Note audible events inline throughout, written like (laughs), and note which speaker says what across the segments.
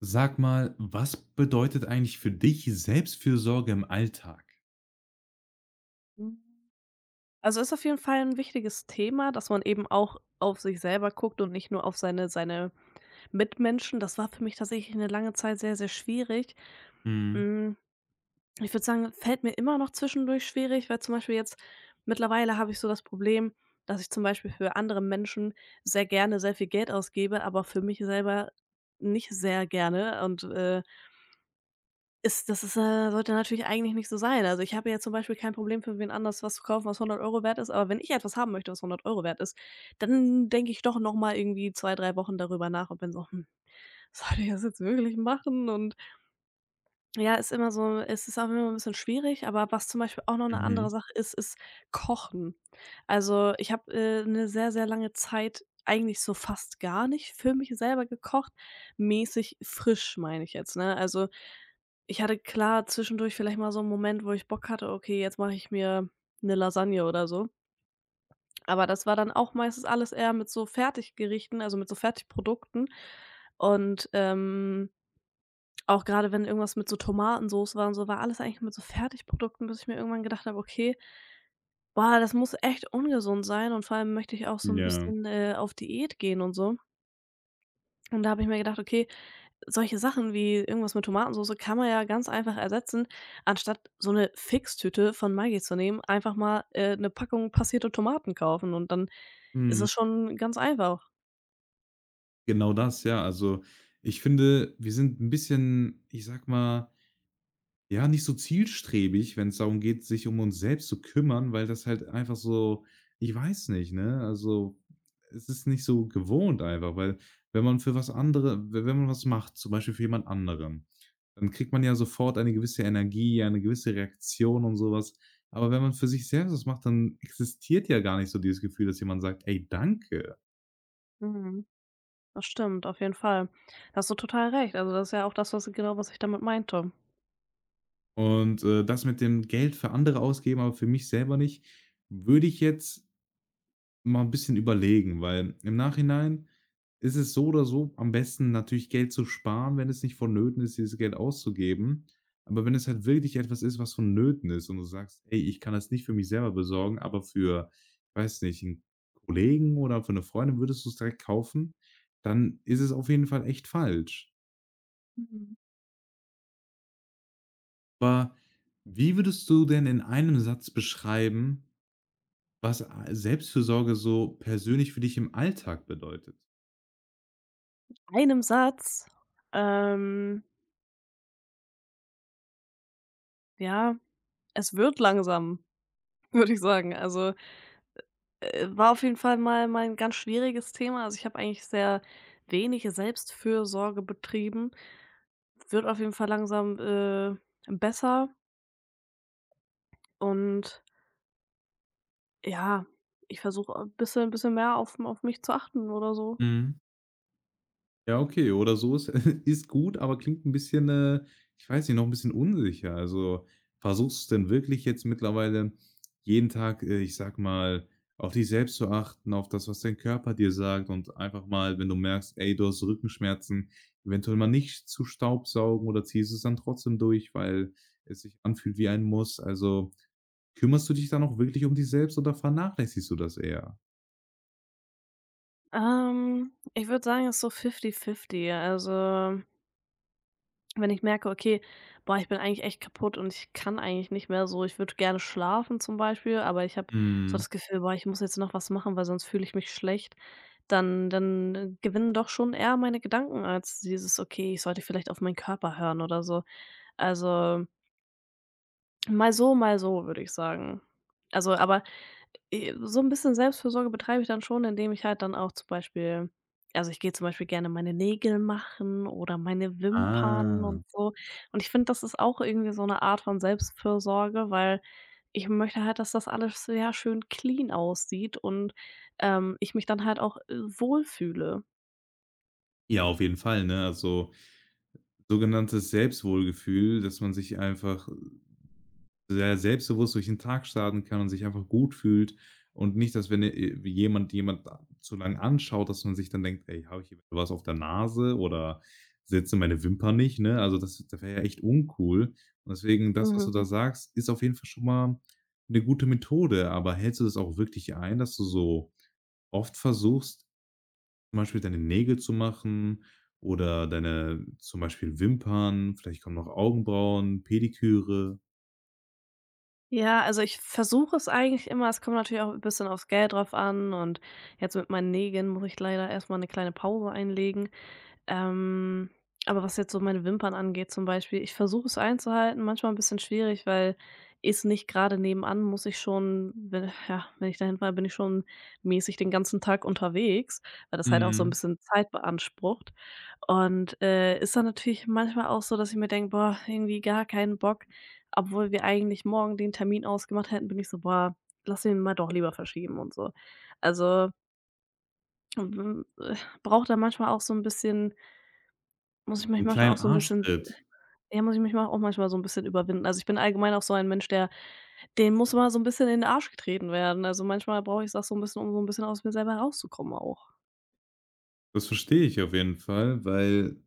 Speaker 1: Sag mal, was bedeutet eigentlich für dich Selbstfürsorge im Alltag?
Speaker 2: Mhm. Also, ist auf jeden Fall ein wichtiges Thema, dass man eben auch auf sich selber guckt und nicht nur auf seine Mitmenschen. Das war für mich tatsächlich eine lange Zeit sehr, sehr schwierig.
Speaker 1: Mhm.
Speaker 2: Hm, ich würde sagen, fällt mir immer noch zwischendurch schwierig, weil zum Beispiel jetzt mittlerweile habe ich so das Problem, dass ich zum Beispiel für andere Menschen sehr gerne sehr viel Geld ausgebe, aber für mich selber nicht sehr gerne und ist das sollte natürlich eigentlich nicht so sein. Also, ich habe ja zum Beispiel kein Problem, für wen anders was zu kaufen, was 100€ wert ist, aber wenn ich etwas haben möchte, was 100€ wert ist, dann denke ich doch noch mal irgendwie 2 3 Wochen darüber nach und bin so: „Hm, soll ich das jetzt wirklich machen?“ Und ja, ist immer so es ist auch immer ein bisschen schwierig, aber was zum Beispiel auch noch eine
Speaker 1: Mhm.
Speaker 2: andere Sache ist, ist Kochen. Also, ich habe, 'ne sehr, sehr lange Zeit eigentlich so fast gar nicht für mich selber gekocht, mäßig frisch, meine ich jetzt, ne? Also, ich hatte klar zwischendurch vielleicht mal so einen Moment, wo ich Bock hatte: „Okay, jetzt mache ich mir eine Lasagne“ oder so. Aber das war dann auch meistens alles eher mit so Fertiggerichten, also mit so Fertigprodukten und auch gerade wenn irgendwas mit so Tomatensoße war und so, war alles eigentlich mit so Fertigprodukten, bis ich mir irgendwann gedacht habe: „Okay, boah, das muss echt ungesund sein und vor allem möchte ich auch so ein
Speaker 1: Ja.
Speaker 2: bisschen, auf Diät gehen und so.“ Und da habe ich mir gedacht: „Okay, solche Sachen wie irgendwas mit Tomatensoße kann man ja ganz einfach ersetzen, anstatt so eine Fixtüte von Maggi zu nehmen, einfach mal, 'ne Packung passierte Tomaten kaufen und dann ist
Speaker 1: Mhm.
Speaker 2: es schon ganz einfach.“
Speaker 1: Genau das, ja. Also, ich finde, wir sind ein bisschen, ich sag mal, ja, nicht so zielstrebig, wenn es darum geht, sich um uns selbst zu kümmern, weil das halt einfach so, ich weiß nicht, ne? Also, es ist nicht so gewohnt einfach, weil wenn man für was andere we wenn man was macht, zum Beispiel für jemand anderen, dann kriegt man ja sofort eine gewisse Energie, eine gewisse Reaktion und sowas. Aber wenn man für sich selbst was macht, dann existiert ja gar nicht so dieses Gefühl, dass jemand sagt: „Ey, danke.“
Speaker 2: Mhm. Das stimmt, auf jeden Fall. Da hast du total recht. Also, das ist ja auch das, was genau was ich damit meinte.
Speaker 1: Und, das mit dem Geld für andere ausgeben, aber für mich selber nicht, würde ich jetzt mal ein bisschen überlegen, weil im Nachhinein ist es so oder so am besten natürlich Geld zu sparen, wenn es nicht vonnöten ist, dieses Geld auszugeben. Aber wenn es halt wirklich etwas ist, was vonnöten ist und du sagst: „Ey, ich kann das nicht für mich selber besorgen, aber für, ich weiß nicht, einen Kollegen oder für eine Freundin würdest du es direkt kaufen“, dann ist es auf jeden Fall echt falsch.
Speaker 2: Mhm.
Speaker 1: Aber wie würdest du denn in einem Satz beschreiben, was, Selbstfürsorge so persönlich für dich im Alltag bedeutet?
Speaker 2: Einem Satz. Ähm, ja, es wird langsam, (laughs) würde ich sagen. Also, war auf jeden Fall mal mein ganz schwieriges Thema. Also, ich habe eigentlich sehr wenig Selbstfürsorge betrieben. Wird auf jeden Fall langsam, besser und ja, ich versuche a bisschen ein bisschen mehr auf mich zu achten oder so.
Speaker 1: Mhm. Ja, okay, oder so ist (laughs) ist gut, aber klingt ein bisschen, ich weiß nicht, noch ein bisschen unsicher. Also, versuchst du denn wirklich jetzt mittlerweile jeden Tag, ich sag mal, auf dich selbst zu achten, auf das, was dein Körper dir sagt und einfach mal, wenn du merkst: „Ey, du hast Rückenschmerzen“, eventuell mal nicht zu staubsaugen oder ziehst es dann trotzdem durch, weil es sich anfühlt wie ein Muss. Also, kümmerst du dich dann auch wirklich um dich selbst oder vernachlässigst du das eher?
Speaker 2: Ich würde sagen, es ist so fifty-fifty. Also wenn ich merke: „Okay, boah, ich bin eigentlich echt kaputt und ich kann eigentlich nicht mehr so. Ich würde gerne schlafen zum Beispiel, aber ich habe so
Speaker 1: Mhm.
Speaker 2: das Gefühl, boah, ich muss jetzt noch was machen, weil sonst fühle ich mich schlecht.“ Dann gewinnen doch schon eher meine Gedanken als dieses: „Okay, ich sollte vielleicht auf meinen Körper hören“ oder so. Also, mal so, würde ich sagen. Also, aber so 'n bisschen Selbstfürsorge betreibe ich dann schon, indem ich halt dann auch zum Beispiel also, ich gehe zum Beispiel gerne meine Nägel machen oder meine Wimpern
Speaker 1: Ah.
Speaker 2: und so. Und ich finde, das ist auch irgendwie so 'ne Art von Selbstfürsorge, weil ich möchte halt, dass das alles sehr schön clean aussieht und, ich mich dann halt auch, wohlfühle.
Speaker 1: Ja, auf jeden Fall, ne? Also, sogenanntes Selbstwohlgefühl, dass man sich einfach sehr selbstbewusst durch den Tag starten kann und sich einfach gut fühlt und nicht, dass wenn, jemand zu lang anschaut, dass man sich dann denkt: „Ey, habe ich hier was auf der Nase oder setze meine Wimpern nicht“, ne? Also, das wäre ja echt uncool. Und deswegen das, was du da
Speaker 2: Mhm.
Speaker 1: sagst, ist auf jeden Fall schon mal eine gute Methode. Aber hältst du das auch wirklich ein, dass du so oft versuchst zum Beispiel deine Nägel zu machen oder deine zum Beispiel Wimpern, vielleicht kommen noch Augenbrauen, Pediküre.
Speaker 2: Ja, also, ich versuche es eigentlich immer. Es kommt natürlich auch 'n bisschen aufs Geld drauf an und jetzt mit meinen Nägeln muss ich leider erst mal 'ne kleine Pause einlegen. Ähm, aber was jetzt so meine Wimpern angeht zum Beispiel, ich versuche es einzuhalten, manchmal ein bisschen schwierig, weil ist nicht gerade nebenan, muss ich schon we ja, wenn ich dahin fahre, bin ich schon mäßig den ganzen Tag unterwegs, weil das halt auch so ein
Speaker 1: Mhm.
Speaker 2: bisschen Zeit beansprucht. Und, ist dann natürlich manchmal auch so, dass ich mir denke: „Boah, irgendwie gar keinen Bock“, obwohl wir eigentlich morgen den Termin ausgemacht hätten, bin ich so: „Boah, lass den mal doch lieber verschieben“ und so. Also, w brauche da manchmal auch so ein bisschen muss ich mich
Speaker 1: 'N
Speaker 2: manchmal auch
Speaker 1: kleinen
Speaker 2: so 'n bisschen
Speaker 1: Arschtritt.
Speaker 2: ja, muss ich mich mal auch manchmal so 'n bisschen überwinden. Also, ich bin allgemein auch so ein Mensch, der dem muss mal so 'n bisschen in den Arsch getreten werden. Also, manchmal brauche ich das so 'n bisschen, um so 'n bisschen aus mir selber rauszukommen auch.
Speaker 1: Das verstehe ich auf jeden Fall, weil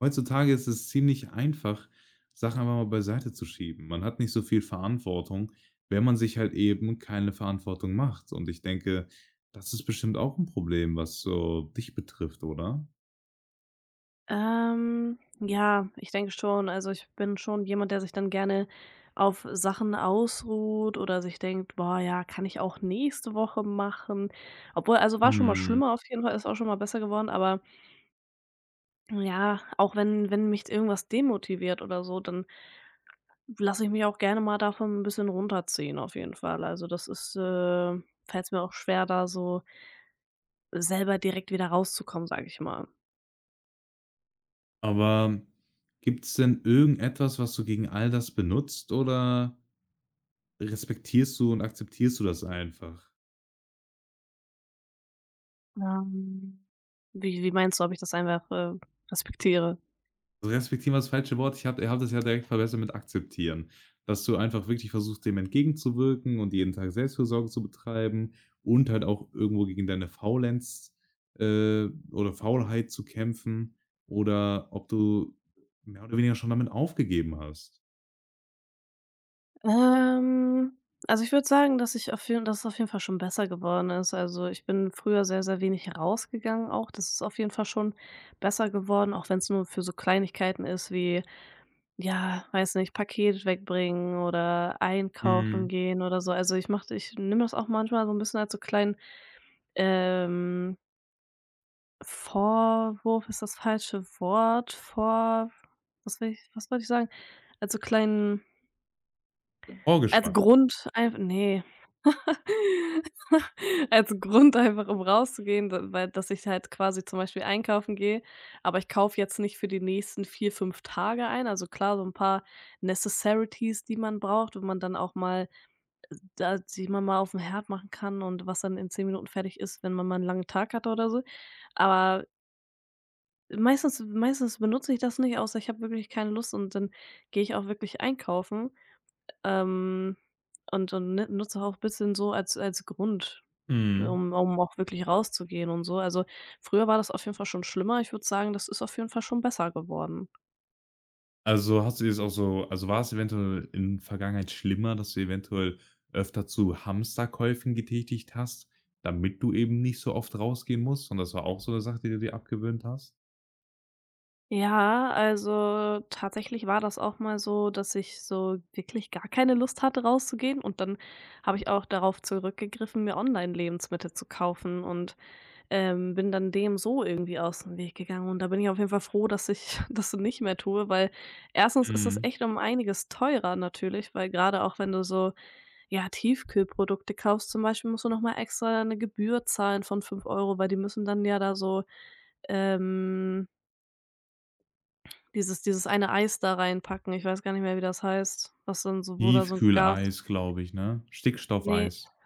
Speaker 1: heutzutage ist es ziemlich einfach, Sachen einfach mal beiseite zu schieben. Man hat nicht so viel Verantwortung, wenn man sich halt eben keine Verantwortung macht. Und ich denke, das ist bestimmt auch 'n Problem, was so dich betrifft, oder?
Speaker 2: Ja, ich denke schon. Also, ich bin schon jemand, der sich dann gerne auf Sachen ausruht oder sich denkt: „Boah, ja, kann ich auch nächste Woche machen.“ Obwohl also, war schon mal
Speaker 1: Mhm.
Speaker 2: schlimmer auf jeden Fall, ist auch schon mal besser geworden, aber ja, auch wenn mich irgendwas demotiviert oder so, dann lasse ich mich auch gerne mal davon ein bisschen runterziehen auf jeden Fall. Also, das ist, fällt's mir auch schwer, da so selber direkt wieder rauszukommen, sage ich mal.
Speaker 1: Aber gibt's denn irgendetwas, was du gegen all das benutzt oder respektierst du und akzeptierst du das einfach?
Speaker 2: Ähm, wie meinst du, ob ich das einfach, respektiere?
Speaker 1: Also, respektieren war das falsche Wort. Ich habe das ja direkt verbessert mit akzeptieren, dass du einfach wirklich versuchst, dem entgegenzuwirken und jeden Tag Selbstfürsorge zu betreiben und halt auch irgendwo gegen deine Faulenz, äh, oder Faulheit zu kämpfen oder ob du mehr oder weniger schon damit aufgegeben hast.
Speaker 2: Ähm, also, ich würde sagen, dass ich auf jeden dass es auf jeden Fall schon besser geworden ist. Also, ich bin früher sehr, sehr wenig rausgegangen auch. Das ist auf jeden Fall schon besser geworden, auch wenn es nur für so Kleinigkeiten ist wie ja, weiß nicht, Paket wegbringen oder
Speaker 1: Mhm.
Speaker 2: einkaufen gehen oder so. Also, ich mache ich nehme das auch manchmal so ein bisschen als so kleinen, ähm, Vorwurf ist das falsche Wort, vor was will ich was wollte ich sagen? Als so kleinen als
Speaker 1: Vorgeschmack.
Speaker 2: Grund einf ne, (laughs) als Grund einfach, um rauszugehen, d weil dass ich halt quasi zum Beispiel einkaufen gehe, aber ich kaufe jetzt nicht für die nächsten 4, 5 Tage ein. Also klar, so ein paar Necessarities, die man braucht, wenn man dann auch mal da die man mal aufm Herd machen kann und was dann in 10 Minuten fertig ist, wenn man mal einen langen Tag hatte oder so. Aber meistens benutze ich das nicht, außer ich habe wirklich keine Lust und dann gehe ich auch wirklich einkaufen. Ähm, und ne nutze auch bisschen so als Grund,
Speaker 1: Mhm.
Speaker 2: um auch wirklich rauszugehen und so. Also, früher war das auf jeden Fall schon schlimmer. Ich würde sagen, das ist auf jeden Fall schon besser geworden.
Speaker 1: Also, hast du jetzt auch so, also, war es eventuell in Vergangenheit schlimmer, dass du eventuell öfter zu Hamsterkäufen getätigt hast, damit du eben nicht so oft rausgehen musst? Und das war auch so eine Sache, die du dir abgewöhnt hast?
Speaker 2: Ja, also tatsächlich war das auch mal so, dass ich so wirklich gar keine Lust hatte, rauszugehen und dann habe ich auch darauf zurückgegriffen, mir Online-Lebensmittel zu kaufen und bin dann dem so irgendwie aus dem Weg gegangen und da bin ich auf jeden Fall froh, dass ich (laughs) das nicht mehr tue, weil erstens ist das
Speaker 1: Mhm.
Speaker 2: echt um einiges teurer natürlich, weil gerade auch wenn du so, ja, Tiefkühlprodukte kaufst zum Beispiel, musst du noch mal extra eine Gebühr zahlen von 5€, weil die müssen dann ja da so, ähm, dieses eine Eis da reinpacken. Ich weiß gar nicht mehr, wie das heißt, was dann so wo da so ein Gas
Speaker 1: Tiefkühleis, glaube ich, ne?
Speaker 2: ne,
Speaker 1: Stickstoffeis.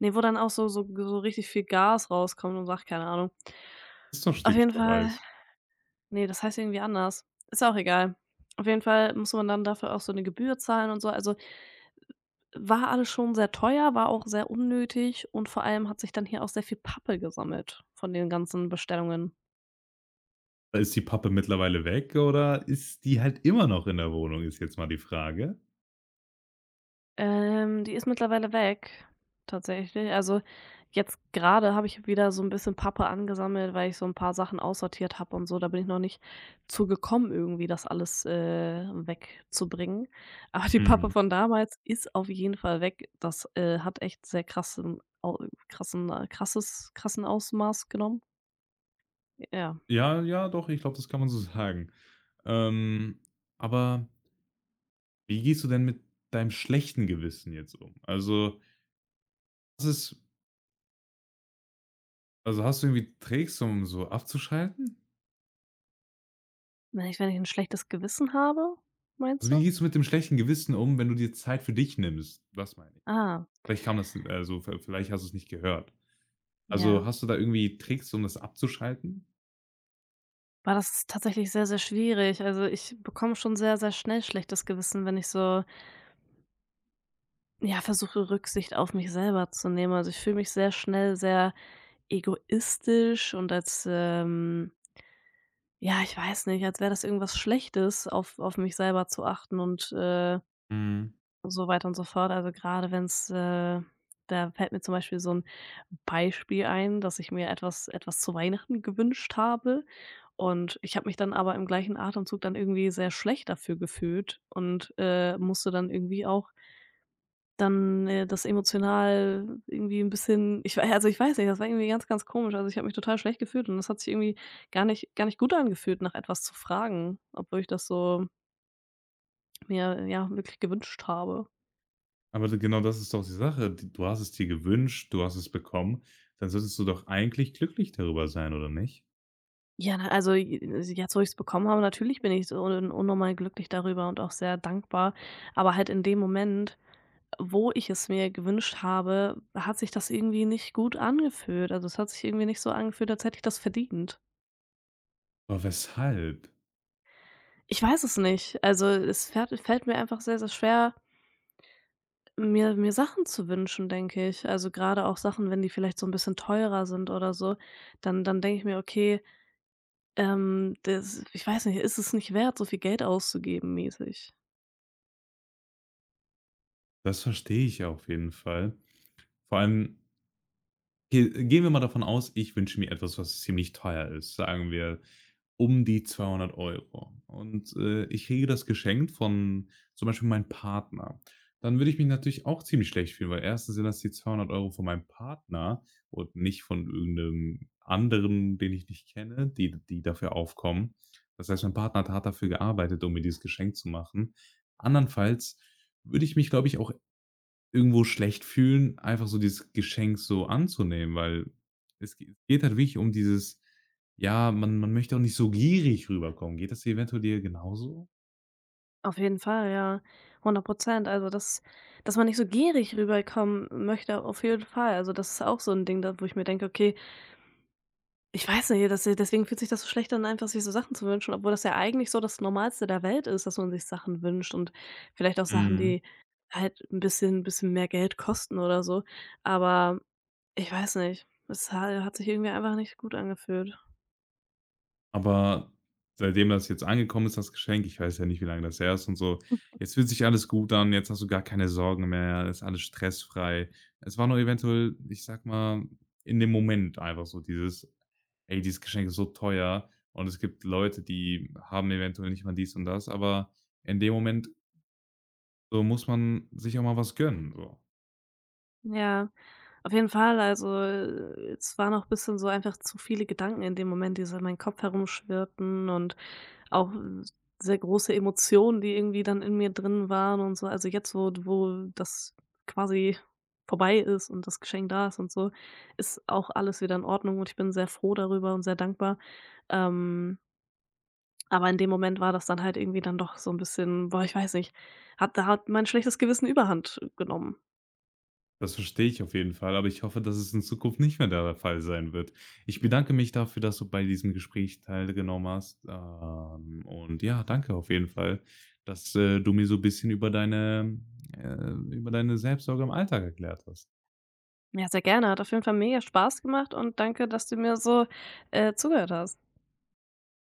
Speaker 2: ne, wo dann auch so so richtig viel Gas rauskommt und sagt keine Ahnung.
Speaker 1: Ist doch
Speaker 2: Auf jeden Fall
Speaker 1: Stickstoffeis.
Speaker 2: ne, das heißt irgendwie anders. Ist auch egal. Auf jeden Fall muss man dann dafür auch so eine Gebühr zahlen und so. Also, war alles schon sehr teuer, war auch sehr unnötig und vor allem hat sich dann hier auch sehr viel Pappe gesammelt von den ganzen Bestellungen.
Speaker 1: Ist die Pappe mittlerweile weg oder ist die halt immer noch in der Wohnung, ist jetzt mal die Frage.
Speaker 2: Die ist mittlerweile weg, tatsächlich. Also, jetzt gerade habe ich wieder so ein bisschen Pappe angesammelt, weil ich so ein paar Sachen aussortiert habe und so. Da bin ich noch nicht zu gekommen, irgendwie das alles, wegzubringen. (laughs) Aber die Pappe
Speaker 1: Mhm.
Speaker 2: von damals ist auf jeden Fall weg. Das, hat echt sehr krassen au krassen krasses krassen Ausmaß genommen. Ja.
Speaker 1: Ja, ja, doch, ich glaube, das kann man so (laughs) sagen. Ähm, aber Wie gehst du denn mit deinem schlechten Gewissen jetzt um? Also, was ist also, hast du irgendwie Tricks, um so abzuschalten?
Speaker 2: Wenn ich ein schlechtes Gewissen habe,
Speaker 1: Also,
Speaker 2: meinst
Speaker 1: wie
Speaker 2: du?
Speaker 1: gehst du mit dem schlechten Gewissen um, wenn du dir Zeit für dich nimmst? Das meine ich.
Speaker 2: Ah,
Speaker 1: Vielleicht kam das also, vielleicht hast du es nicht gehört. Also,
Speaker 2: ja.
Speaker 1: hast du da irgendwie Tricks, um das abzuschalten?
Speaker 2: Boah, das ist tatsächlich sehr, sehr schwierig. Also, ich bekomme schon sehr, sehr schnell schlechtes Gewissen, wenn ich so, ja, versuche, Rücksicht auf mich selber zu nehmen. Also, ich fühle mich sehr schnell sehr egoistisch und als, ja, ich weiß nicht, als wäre das irgendwas Schlechtes, auf mich selber zu achten und
Speaker 1: Mhm.
Speaker 2: und so weiter und so fort. Also, grade wenn's da fällt mir zum Beispiel so ein Beispiel ein, dass ich mir etwas zu Weihnachten gewünscht habe und ich habe mich dann aber im gleichen Atemzug dann irgendwie sehr schlecht dafür gefühlt und musste dann irgendwie auch dann das emotional irgendwie ein bisschen ich wei also, ich weiß nicht, das war irgendwie ganz, ganz komisch. Also, ich habe mich total schlecht gefühlt und das hat sich irgendwie gar nicht gut angefühlt, nach etwas zu fragen, obwohl ich das so mir, ja, wirklich gewünscht habe.
Speaker 1: Aber genau das ist doch die Sache. Du hast es dir gewünscht, du hast es bekommen, dann solltest du doch eigentlich glücklich darüber sein, oder nicht?
Speaker 2: Ja, na, also, j jetzt, wo ich es bekommen habe, natürlich bin ich so un unnormal glücklich darüber und auch sehr dankbar. Aber halt in dem Moment, wo ich es mir gewünscht habe, hat sich das irgendwie nicht gut angefühlt. Also, es hat sich irgendwie nicht so angefühlt, als hätte ich das verdient.
Speaker 1: Aber weshalb?
Speaker 2: Ich weiß es nicht. Also, es fährt fällt mir einfach sehr, sehr schwer, mir Sachen zu wünschen, denke ich. Also, gerade auch Sachen, wenn die vielleicht so ein bisschen teurer sind oder so, dann denke ich mir: „Okay, das ich weiß nicht, ist es nicht wert, so viel Geld auszugeben“, mäßig.
Speaker 1: Das verstehe ich auf jeden Fall. Vor allem Ge gehen wir mal davon aus, ich wünsche mir etwas, was ziemlich teuer ist. Sagen wir um die 200 Euro. Und, ich kriege das geschenkt von zum Beispiel meinem Partner. Dann würde ich mich natürlich auch ziemlich schlecht fühlen, weil erstens sind das die 200 Euro von meinem Partner und nicht von irgend anderen, den ich nicht kenne, die dafür aufkommen. Das heißt, mein Partner hat hart dafür gearbeitet, um mir dieses Geschenk zu machen. Andernfalls würde ich mich, glaube ich, auch irgendwo schlecht fühlen, einfach so dieses Geschenk so anzunehmen, weil es ge geht halt wirklich um dieses, ja, man möchte auch nicht so gierig rüberkommen. Geht das eventuell dir genauso?
Speaker 2: Auf jeden Fall, ja, 100%. Also, dass man nicht so gierig rüberkommen möchte, auf jeden Fall. Also, das ist auch so ein Ding, da wo ich mir denke: „Okay, ich weiß nicht, das deswegen fühlt sich das so schlecht an, einfach sich so Sachen zu wünschen“, obwohl das ja eigentlich so das Normalste der Welt ist, dass man sich Sachen wünscht und vielleicht auch Sachen,
Speaker 1: Mhm.
Speaker 2: die halt ein bisschen mehr Geld kosten oder so. Aber ich weiß nicht, es ha hat sich irgendwie einfach nicht gut angefühlt.
Speaker 1: Aber seitdem das jetzt angekommen ist, das Geschenk, ich weiß ja nicht, wie lange das her ist und so, jetzt fühlt sich alles gut an, jetzt hast du gar keine Sorgen mehr, ist alles stressfrei. Es war nur eventuell, ich sag mal, in dem Moment einfach so dieses, ey, dieses Geschenk ist so teuer und es gibt Leute, die haben eventuell nicht mal dies und das, aber in dem Moment so muss man sich auch mal was gönnen. So.
Speaker 2: Ja, auf jeden Fall. Also, es waren auch ein bisschen so einfach zu viele Gedanken in dem Moment, die so in meinem Kopf herumschwirrten und auch s sehr große Emotionen, die irgendwie dann in mir drin waren und so. Also, jetzt, wo das quasi vorbei ist und das Geschenk da ist und so, ist auch alles wieder in Ordnung und ich bin sehr froh darüber und sehr dankbar. Ähm, aber in dem Moment war das dann halt irgendwie dann doch so ein bisschen boah, ich weiß nicht, hat mein schlechtes Gewissen Überhand genommen.
Speaker 1: Das verstehe ich auf jeden Fall, aber ich hoffe, dass es in Zukunft nicht mehr der Fall sein wird. Ich bedanke mich dafür, dass du bei diesem Gespräch teilgenommen hast, und ja, danke auf jeden Fall, dass, du mir so ein bisschen über deine Selbstsorge im Alltag erklärt hast.
Speaker 2: Ja, sehr gerne. Hat auf jeden Fall mega Spaß gemacht und danke, dass du mir so, zugehört hast.